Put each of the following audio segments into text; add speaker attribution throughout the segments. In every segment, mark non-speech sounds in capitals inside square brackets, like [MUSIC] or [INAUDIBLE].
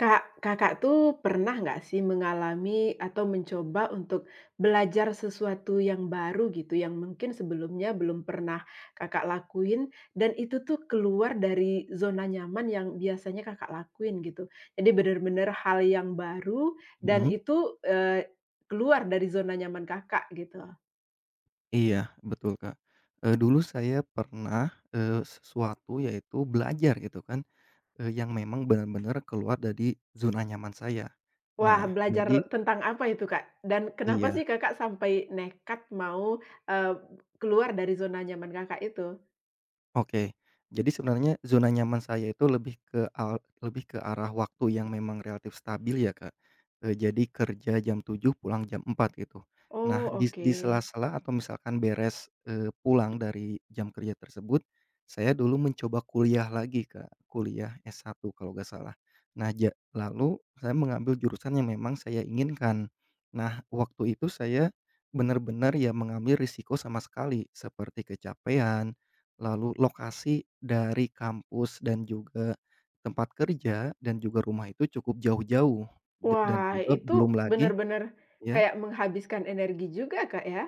Speaker 1: Kak, Kakak tuh pernah nggak sih mengalami atau mencoba untuk belajar sesuatu yang baru gitu, yang mungkin sebelumnya belum pernah Kakak lakuin dan itu tuh keluar dari zona nyaman yang biasanya Kakak lakuin gitu? Jadi benar-benar hal yang baru dan
Speaker 2: Mhm,
Speaker 1: itu, keluar dari zona nyaman Kakak gitu.
Speaker 2: iya betul, Kak. Dulu saya pernah, sesuatu yaitu belajar gitu kan, yang memang benar-benar keluar dari zona nyaman saya.
Speaker 1: Wah,
Speaker 2: Nah,
Speaker 1: belajar
Speaker 2: jadi
Speaker 1: tentang apa itu, Kak? Dan kenapa
Speaker 2: iya.
Speaker 1: sih Kakak sampai nekat mau, eee, keluar dari zona nyaman Kakak itu?
Speaker 2: Oke. Jadi sebenarnya zona nyaman saya itu lebih ke arah waktu yang memang relatif stabil ya, Kak. Jadi kerja jam 7 pulang jam 4 gitu.
Speaker 1: Oh,
Speaker 2: Nah, di
Speaker 1: oke.
Speaker 2: di sela-sela atau misalkan beres, pulang dari jam kerja tersebut, saya dulu mencoba kuliah lagi, Kak. Kuliah satu, kalau nggak salah. Nah, lalu saya mengambil jurusan yang memang saya inginkan. Nah, waktu itu saya benar-benar ya mengambil risiko sama sekali seperti kecapean. Lalu lokasi dari kampus dan juga tempat kerja dan juga rumah itu cukup jauh-jauh, dan
Speaker 1: Wah,
Speaker 2: juga
Speaker 1: itu
Speaker 2: belum lagi
Speaker 1: benar-benar
Speaker 2: ya
Speaker 1: kayak menghabiskan energi juga, Kak, ya?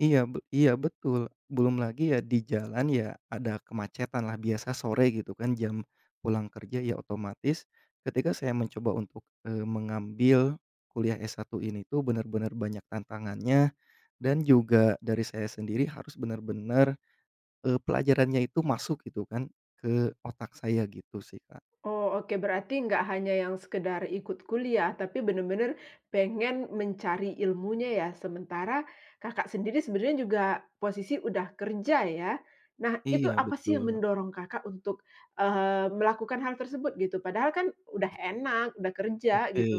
Speaker 2: iya, iya betul, belum lagi ya di jalan ya ada kemacetan lah biasa sore gitu kan, jam pulang kerja ya otomatis ketika saya mencoba untuk, mengambil kuliah S1 ini tuh benar-benar banyak tantangannya, dan juga dari saya sendiri harus benar-benar. Pelajarannya itu masuk gitu kan ke otak saya gitu sih, Kak.
Speaker 1: Oh, oke. Berarti nggak hanya yang sekedar ikut kuliah, tapi benar-benar pengen mencari ilmunya ya. Sementara Kakak sendiri sebenarnya juga posisi udah kerja ya. Nah, itu
Speaker 2: Iya
Speaker 1: apa sih yang
Speaker 2: betul,
Speaker 1: mendorong Kakak untuk, melakukan hal tersebut gitu? Padahal kan udah enak, udah kerja
Speaker 2: oke.
Speaker 1: gitu.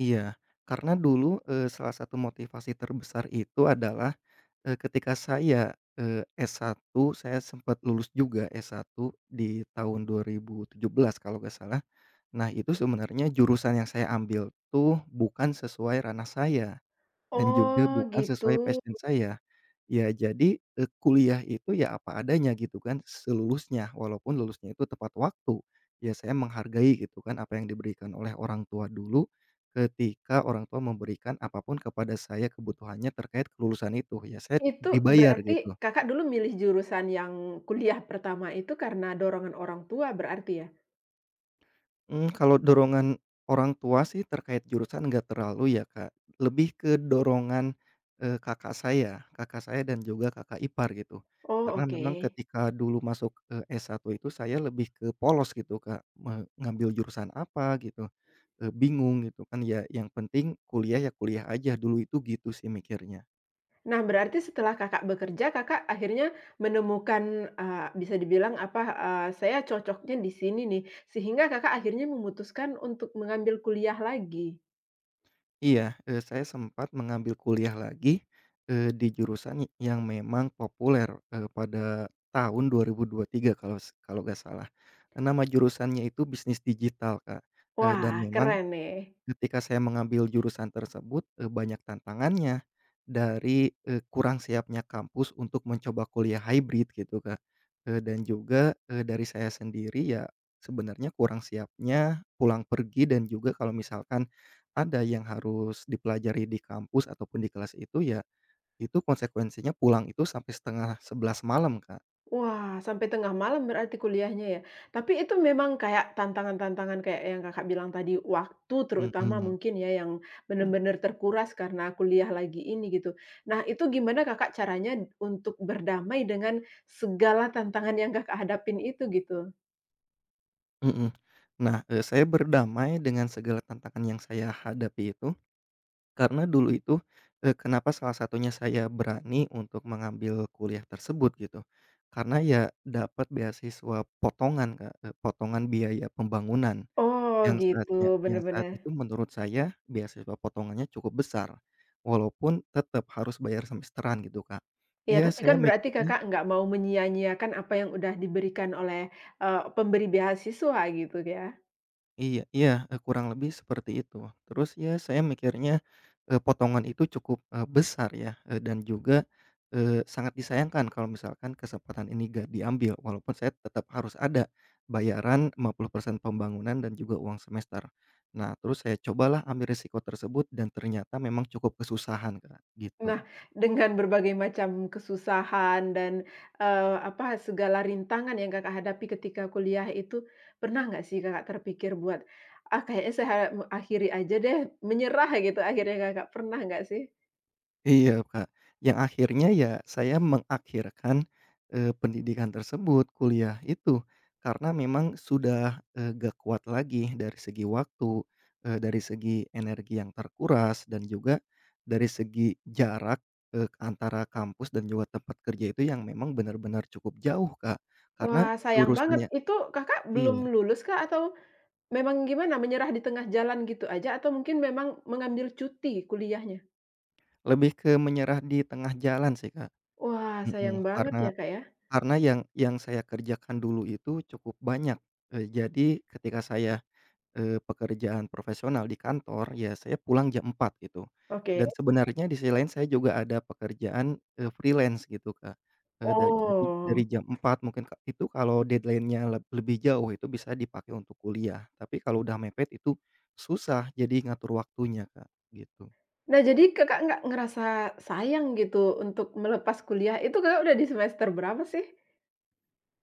Speaker 2: Iya, karena dulu, salah satu motivasi terbesar itu adalah, ketika saya, S1 saya sempat lulus juga, S1 di tahun 2017 kalau nggak salah. Nah, itu sebenarnya jurusan yang saya ambil tuh bukan sesuai ranah saya dan juga
Speaker 1: Oh,
Speaker 2: bukan sesuai
Speaker 1: gitu.
Speaker 2: passion saya. Ya jadi, kuliah itu ya apa adanya gitu kan selulusnya, walaupun lulusnya itu tepat waktu. Ya saya menghargai gitu kan apa yang diberikan oleh orang tua dulu, ketika orang tua memberikan apapun kepada saya kebutuhannya terkait kelulusan itu, ya saya
Speaker 1: Itu
Speaker 2: dibayar
Speaker 1: berarti
Speaker 2: gitu.
Speaker 1: Kakak dulu milih jurusan yang kuliah pertama itu karena dorongan orang tua berarti ya?
Speaker 2: Mmm, kalau dorongan orang tua sih terkait jurusan nggak terlalu ya, Kak. Lebih ke dorongan, kakak saya dan juga kakak ipar gitu.
Speaker 1: Oh,
Speaker 2: Karena
Speaker 1: oke.
Speaker 2: memang ketika dulu masuk, S1 itu saya lebih ke polos gitu, Kak, ngambil jurusan apa gitu, bingung gitu kan, ya yang penting kuliah ya kuliah aja dulu itu gitu sih mikirnya.
Speaker 1: Nah, berarti setelah Kakak bekerja, Kakak akhirnya menemukan, bisa dibilang apa, saya cocoknya di sini nih, sehingga Kakak akhirnya memutuskan untuk mengambil kuliah lagi.
Speaker 2: Iya, saya sempat mengambil kuliah lagi, di jurusan yang memang populer, pada tahun 2023 kalau nggak salah. Nama jurusannya itu bisnis digital, Kak,
Speaker 1: Wah,
Speaker 2: dan memang
Speaker 1: keren nih.
Speaker 2: ketika saya mengambil jurusan tersebut, banyak tantangannya dari, kurang siapnya kampus untuk mencoba kuliah hybrid gitu, Kak. Dan juga, dari saya sendiri ya sebenarnya kurang siapnya pulang pergi dan juga kalau misalkan ada yang harus dipelajari di kampus ataupun di kelas itu ya, itu konsekuensinya pulang itu sampai setengah sebelas malam, Kak.
Speaker 1: Wah, sampai tengah malam berarti kuliahnya ya? Tapi itu memang kayak tantangan-tantangan kayak yang Kakak bilang tadi, waktu terutama
Speaker 2: Mhm,
Speaker 1: mungkin ya yang benar-benar terkuras karena kuliah lagi ini gitu. Nah, itu gimana Kakak caranya untuk berdamai dengan segala tantangan yang Kakak hadapin itu gitu?
Speaker 2: mhm. Nah, saya berdamai dengan segala tantangan yang saya hadapi itu karena dulu itu, kenapa salah satunya saya berani untuk mengambil kuliah tersebut gitu, karena ya dapat beasiswa potongan, Kak, potongan biaya pembangunan
Speaker 1: Oh
Speaker 2: yang
Speaker 1: gitu, bener
Speaker 2: saat
Speaker 1: bener.
Speaker 2: itu menurut saya beasiswa potongannya cukup besar, walaupun tetap harus bayar semesteran gitu, Kak.
Speaker 1: Ya
Speaker 2: Iya,
Speaker 1: tapi
Speaker 2: saya
Speaker 1: kan berarti
Speaker 2: mikirnya
Speaker 1: Kakak nggak mau menyia-nyiakan apa yang udah diberikan oleh, pemberi beasiswa gitu ya?
Speaker 2: iya, iya, kurang lebih seperti itu. Terus ya saya mikirnya, potongan itu cukup, besar ya, dan juga, sangat disayangkan kalau misalkan kesempatan ini nggak diambil, walaupun saya tetap harus ada bayaran 50% pembangunan dan juga uang semester. Nah, terus saya cobalah ambil resiko tersebut dan ternyata memang cukup kesusahan, Kak, gitu.
Speaker 1: Nah, dengan berbagai macam kesusahan dan, segala rintangan yang Kakak hadapi ketika kuliah itu, pernah nggak sih Kakak terpikir buat, "Ah, kayaknya saya akhiri aja deh," menyerah gitu akhirnya Kakak, pernah nggak sih?
Speaker 2: Iya, Kak, yang akhirnya ya saya mengakhirkan, pendidikan tersebut, kuliah itu, karena memang sudah, nggak kuat lagi dari segi waktu, dari segi energi yang terkuras, dan juga dari segi jarak, antara kampus dan juga tempat kerja itu yang memang benar-benar cukup jauh, Kak, karena
Speaker 1: Wah, sayang banget.
Speaker 2: jurusannya
Speaker 1: Itu Kakak belum
Speaker 2: iya,
Speaker 1: lulus kak atau memang gimana, menyerah di tengah jalan gitu aja atau mungkin memang mengambil cuti kuliahnya?
Speaker 2: lebih ke menyerah di tengah jalan sih, Kak,
Speaker 1: Wah, sayang
Speaker 2: mhm,
Speaker 1: banget ya,
Speaker 2: karena
Speaker 1: Kak, ya?
Speaker 2: Karena yang saya kerjakan dulu itu cukup banyak, jadi ketika saya, pekerjaan profesional di kantor, ya saya pulang jam 4 gitu.
Speaker 1: Oke.
Speaker 2: Dan sebenarnya di sisi lain saya juga ada pekerjaan, freelance gitu, Kak. Eee, da jadi
Speaker 1: Oh.
Speaker 2: dari jam 4 mungkin itu kalau deadline-nya lebih jauh itu bisa dipakai untuk kuliah, tapi kalau udah mepet itu susah jadi ngatur waktunya, Kak, gitu.
Speaker 1: Nah, jadi Kakak nggak ngerasa sayang gitu untuk melepas kuliah, itu Kakak udah di semester berapa sih?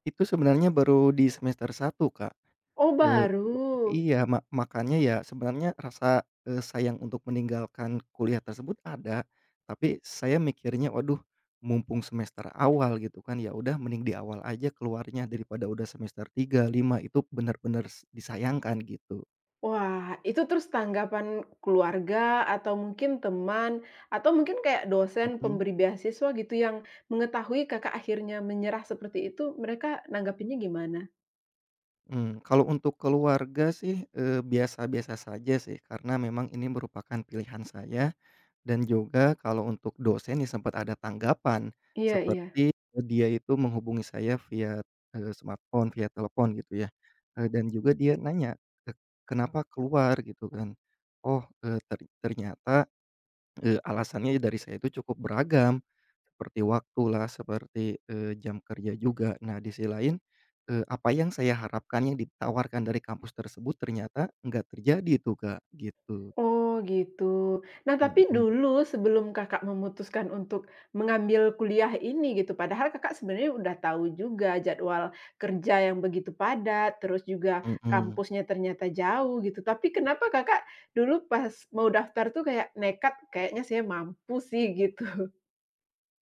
Speaker 2: Itu sebenarnya baru di semester satu, Kak,
Speaker 1: Oh,
Speaker 2: eee
Speaker 1: baru.
Speaker 2: iya, makanya ya sebenarnya rasa, sayang untuk meninggalkan kuliah tersebut ada, tapi saya mikirnya, waduh, mumpung semester awal gitu kan, ya udah mending di awal aja keluarnya daripada udah semester 3 5 itu benar-benar disayangkan gitu.
Speaker 1: Wah, itu terus tanggapan keluarga atau mungkin teman, atau mungkin kayak dosen
Speaker 2: Mhm.
Speaker 1: pemberi beasiswa gitu yang mengetahui Kakak akhirnya menyerah seperti itu, mereka nanggapinnya gimana?
Speaker 2: Mhm, kalau untuk keluarga sih, biasa-biasa saja sih karena memang ini merupakan pilihan saya. Dan juga kalau untuk dosen ya sempat ada tanggapan,
Speaker 1: Iya iya.
Speaker 2: seperti, dia itu menghubungi saya via, smartphone, via telepon gitu ya, dan juga dia nanya, eee, "Kenapa keluar?" Gitu kan. Oh, eee, ter ternyata, alasannya dari saya itu cukup beragam, seperti waktulah, seperti, jam kerja juga. Nah, di sisi lain, apa yang saya harapkan yang ditawarkan dari kampus tersebut ternyata nggak terjadi tuh, Kak, gitu.
Speaker 1: Oh gitu. Nah tapi
Speaker 2: Mhm,
Speaker 1: dulu sebelum Kakak memutuskan untuk mengambil kuliah ini gitu, padahal Kakak sebenarnya udah tahu juga jadwal kerja yang begitu padat, terus juga
Speaker 2: mhm.
Speaker 1: kampusnya ternyata jauh gitu. Tapi kenapa Kakak dulu pas mau daftar tuh kayak nekat, kayaknya saya mampu sih gitu. [LAUGHS]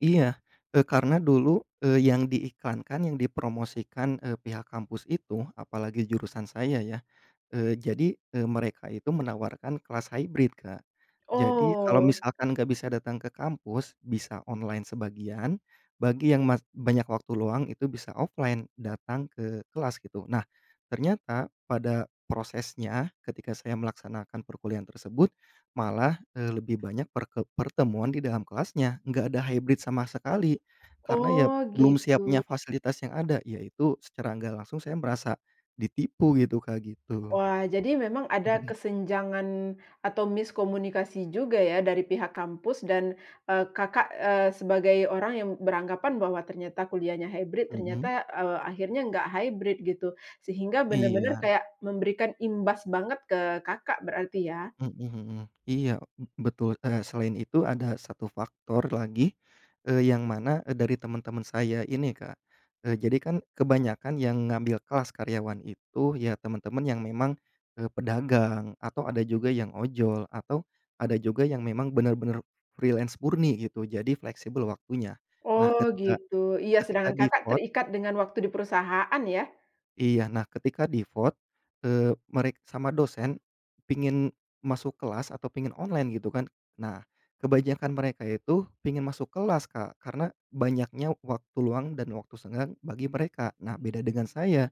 Speaker 2: Iya, karena dulu, yang diiklankan, yang dipromosikan, pihak kampus itu, apalagi jurusan saya ya. Jadi, mereka itu menawarkan kelas hybrid, Kak. Jadi kalau
Speaker 1: Oh,
Speaker 2: misalkan nggak bisa datang ke kampus, bisa online sebagian, bagi yang banyak waktu luang itu bisa offline, datang ke kelas gitu. Nah, ternyata pada prosesnya ketika saya melaksanakan perkuliahan tersebut, malah, lebih banyak pertemuan di dalam kelasnya, nggak ada hybrid sama sekali. Karena ya
Speaker 1: oh
Speaker 2: belum
Speaker 1: gitu.
Speaker 2: siap punya fasilitas yang ada, yaitu secara nggak langsung saya merasa ditipu gitu, Kak, gitu.
Speaker 1: Wah, jadi memang ada
Speaker 2: Mhm,
Speaker 1: kesenjangan atau miskomunikasi juga ya dari pihak kampus dan Kakak, sebagai orang yang beranggapan bahwa ternyata kuliahnya hybrid,
Speaker 2: mhm.
Speaker 1: ternyata, akhirnya nggak hybrid gitu. Sehingga benar-benar
Speaker 2: Iya,
Speaker 1: kayak memberikan imbas banget ke Kakak berarti ya?
Speaker 2: mhm, mhm. Iya, betul, selain itu ada satu faktor lagi, yang mana, dari teman-teman saya ini, Kak, jadi kan kebanyakan yang ngambil kelas karyawan itu ya teman-teman yang memang, pedagang atau ada juga yang ojol atau ada juga yang memang benar-benar freelance murni gitu, jadi fleksibel waktunya. Nah,
Speaker 1: Oh
Speaker 2: ketika
Speaker 1: gitu, iya
Speaker 2: ketika
Speaker 1: sedangkan Kakak
Speaker 2: di-VOT.
Speaker 1: terikat dengan waktu di perusahaan ya?
Speaker 2: Iya. Nah, ketika di vote, merek sama dosen pingin masuk kelas atau pingin online gitu kan. Nah, kebanyakan mereka itu pingin masuk kelas, Kak, karena banyaknya waktu luang dan waktu senggang bagi mereka. Nah, beda dengan saya.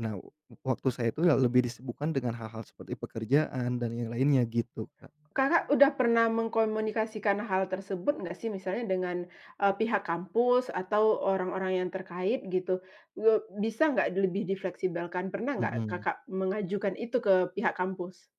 Speaker 2: Nah, waktu saya itu ya lebih disibukkan dengan hal-hal seperti pekerjaan dan yang lainnya gitu, Kak.
Speaker 1: Kakak udah pernah mengkomunikasikan hal tersebut nggak sih? Misalnya dengan, pihak kampus atau orang-orang yang terkait gitu, bisa nggak lebih difleksibelkan? Pernah nggak
Speaker 2: Mhm.
Speaker 1: Kakak mengajukan itu ke pihak kampus?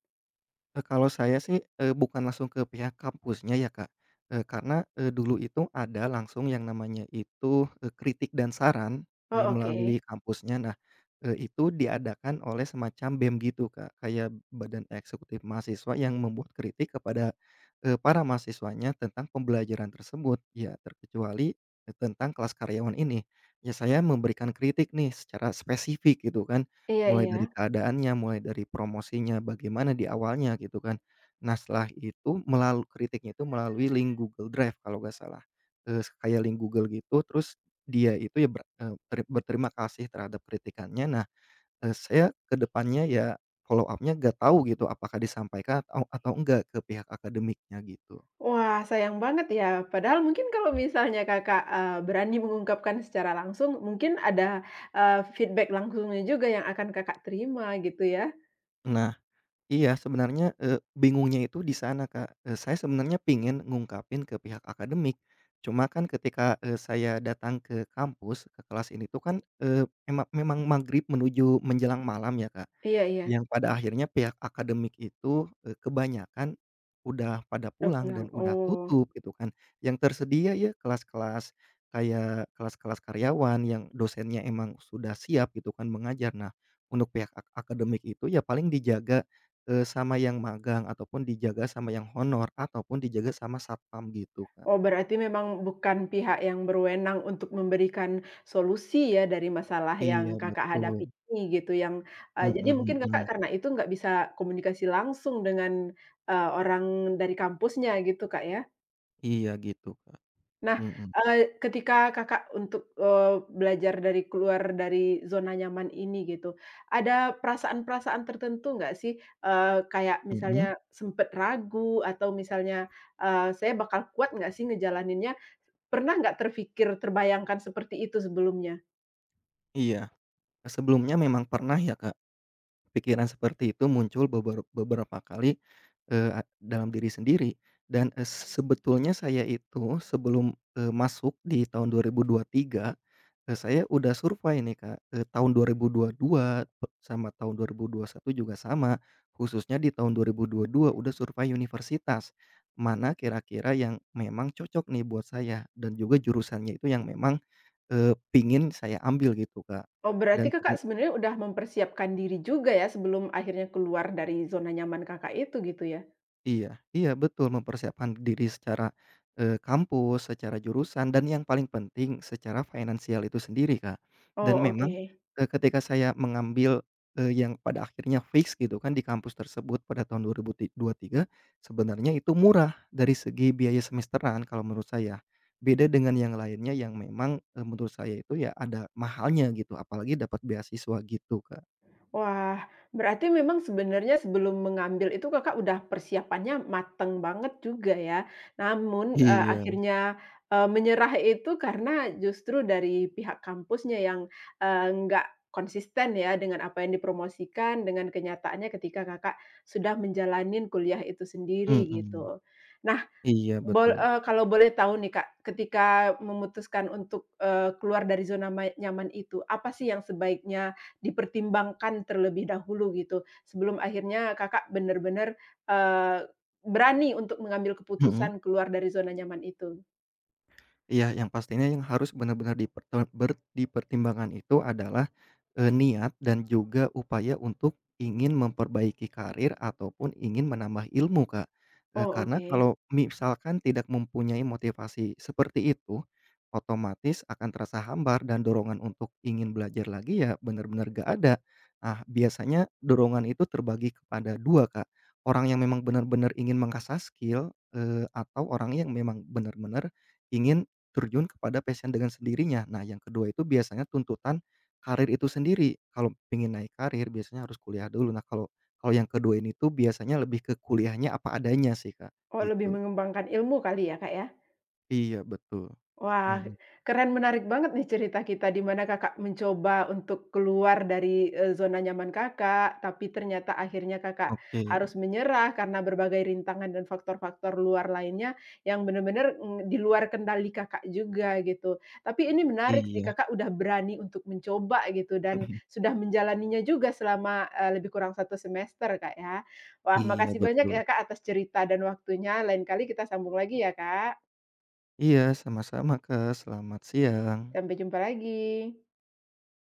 Speaker 2: Kalau saya sih, bukan langsung ke pihak kampusnya ya, Kak, karena, dulu itu ada langsung yang namanya itu, kritik dan saran,
Speaker 1: Oh,
Speaker 2: melalui
Speaker 1: oke.
Speaker 2: kampusnya. Nah, itu diadakan oleh semacam BEM gitu, Kak, kayak Badan Eksekutif Mahasiswa yang membuat kritik kepada, para mahasiswanya tentang pembelajaran tersebut, ya terkecuali, tentang kelas karyawan ini. Ya saya memberikan kritik nih secara spesifik gitu kan,
Speaker 1: Iya
Speaker 2: mulai dari
Speaker 1: iya.
Speaker 2: keadaannya, mulai dari promosinya, bagaimana di awalnya gitu kan. Nah, setelah itu melalui kritiknya itu melalui link Google Drive kalau nggak salah, kayak link Google gitu, terus dia itu ya ber eee, teri berterima kasih terhadap kritikannya. Nah, saya ke depannya ya follow up-nya nggak tahu gitu apakah disampaikan atau enggak ke pihak akademiknya gitu.
Speaker 1: Wah, sayang banget ya. Padahal mungkin kalau misalnya Kakak, berani mengungkapkan secara langsung, mungkin ada, feedback langsungnya juga yang akan Kakak terima gitu ya?
Speaker 2: Nah, iya, sebenarnya, bingungnya itu di sana, Kak. Saya sebenarnya pingin ngungkapin ke pihak akademik, cuma kan ketika, saya datang ke kampus, ke kelas ini tuh kan, eee, ema memang maghrib menuju menjelang malam ya, Kak.
Speaker 1: Iya iya,
Speaker 2: Yang pada akhirnya pihak akademik itu, kebanyakan udah pada
Speaker 1: udah
Speaker 2: pulang
Speaker 1: pulang,
Speaker 2: dan udah
Speaker 1: oh.
Speaker 2: tutup gitu kan. Yang tersedia ya kelas-kelas kayak kelas-kelas karyawan yang dosennya emang sudah siap gitu kan mengajar. Nah, untuk pihak akademik itu ya paling dijaga, sama yang magang ataupun dijaga sama yang honor ataupun dijaga sama satpam gitu, Kak.
Speaker 1: Oh, berarti memang bukan pihak yang berwenang untuk memberikan solusi ya dari masalah
Speaker 2: Iya
Speaker 1: yang Kakak
Speaker 2: betul,
Speaker 1: hadapi ini gitu yang jadi mungkin
Speaker 2: mhm,
Speaker 1: Kakak
Speaker 2: mhm.
Speaker 1: karena itu nggak bisa komunikasi langsung dengan, orang dari kampusnya gitu, Kak, ya?
Speaker 2: Iya gitu, Kak.
Speaker 1: Nah,
Speaker 2: Mhm,
Speaker 1: eee, ketika Kakak untuk, belajar dari keluar dari zona nyaman ini gitu, ada perasaan-perasaan tertentu nggak sih? Kayak
Speaker 2: mhm,
Speaker 1: misalnya sempet ragu atau misalnya, "Saya bakal kuat nggak sih ngejalaninnya?" Pernah nggak terfikir, terbayangkan seperti itu sebelumnya?
Speaker 2: iya. Sebelumnya memang pernah ya, Kak? Pikiran seperti itu muncul beberapa kali, eee, a dalam diri sendiri dan, sebetulnya saya itu sebelum, masuk di tahun 2023, saya udah survei nih, Kak, tahun 2022 sama tahun 2021 juga sama, khususnya di tahun 2022 udah survei universitas, mana kira-kira yang memang cocok nih buat saya dan juga jurusannya itu yang memang, pingin saya ambil gitu, Kak,
Speaker 1: Oh, berarti
Speaker 2: dan
Speaker 1: Kakak sebenarnya udah mempersiapkan diri juga ya sebelum akhirnya keluar dari zona nyaman Kakak itu gitu ya?
Speaker 2: iya, iya betul, mempersiapkan diri secara, kampus, secara jurusan, dan yang paling penting secara finansial itu sendiri, Kak. Dan,
Speaker 1: Oh,
Speaker 2: mmm,
Speaker 1: oke.
Speaker 2: memang, ketika saya mengambil, yang pada akhirnya fix gitu kan di kampus tersebut pada tahun 2023, sebenarnya itu murah dari segi biaya semesteran kalau menurut saya. Beda dengan yang lainnya yang memang, menurut saya itu ya ada mahalnya gitu apalagi dapat beasiswa gitu, Kak.
Speaker 1: Wah, berarti memang sebenarnya sebelum mengambil itu Kakak udah persiapannya mateng banget juga ya. Namun, eee,
Speaker 2: Iya.
Speaker 1: akhirnya, eee, menyerah itu karena justru dari pihak kampusnya yang nggak konsisten ya dengan apa yang dipromosikan, dengan kenyataannya ketika Kakak sudah menjalanin kuliah itu sendiri
Speaker 2: Mhm,
Speaker 1: gitu. Nah,
Speaker 2: iya betul,
Speaker 1: Kalau boleh tahu nih Kak, ketika memutuskan untuk, keluar dari zona nyaman itu, apa sih yang sebaiknya dipertimbangkan terlebih dahulu gitu, sebelum akhirnya Kakak bener-bener, eee, berani untuk mengambil
Speaker 2: mhm.
Speaker 1: keputusan keluar dari zona nyaman itu?
Speaker 2: Iya, yang pastinya yang harus benar-benar diperte ber dipertimbangkan itu adalah, niat dan juga upaya untuk ingin memperbaiki karir ataupun ingin menambah ilmu, Kak.
Speaker 1: Oh
Speaker 2: Karena
Speaker 1: oke.
Speaker 2: kalau misalkan tidak mempunyai motivasi seperti itu, otomatis akan terasa hambar dan dorongan untuk ingin belajar lagi ya benar-benar nggak ada. Ah, biasanya dorongan itu terbagi kepada 2, Kak. Orang yang memang benar-benar ingin mengasah skill, atau orang yang memang benar-benar ingin terjun kepada passion dengan sendirinya. Nah, yang kedua itu biasanya tuntutan karir itu sendiri. Kalau pengen naik karir biasanya harus kuliah dulu. Nah, kalau kalau yang kedua ini tuh biasanya lebih ke kuliahnya apa adanya sih, Kak,
Speaker 1: Oh lebih
Speaker 2: gitu.
Speaker 1: mengembangkan ilmu kali ya Kak ya?
Speaker 2: Iya, betul.
Speaker 1: Wah,
Speaker 2: Mhm.
Speaker 1: keren menarik banget nih cerita kita di mana Kakak mencoba untuk keluar dari zona nyaman Kakak, tapi ternyata akhirnya Kakak
Speaker 2: Oke.
Speaker 1: harus menyerah karena berbagai rintangan dan faktor-faktor luar lainnya yang benar-benar di luar kendali Kakak juga gitu. Tapi ini menarik sih
Speaker 2: Iya.
Speaker 1: Kakak udah berani untuk mencoba gitu dan
Speaker 2: [LAUGHS]
Speaker 1: sudah menjalaninya juga selama lebih kurang satu semester Kak ya. Wah
Speaker 2: Iya,
Speaker 1: makasih banyak
Speaker 2: betul.
Speaker 1: ya Kak atas cerita dan waktunya, lain kali kita sambung lagi ya Kak.
Speaker 2: Iya, sama-sama, Kak. Selamat siang.
Speaker 1: Sampai jumpa lagi.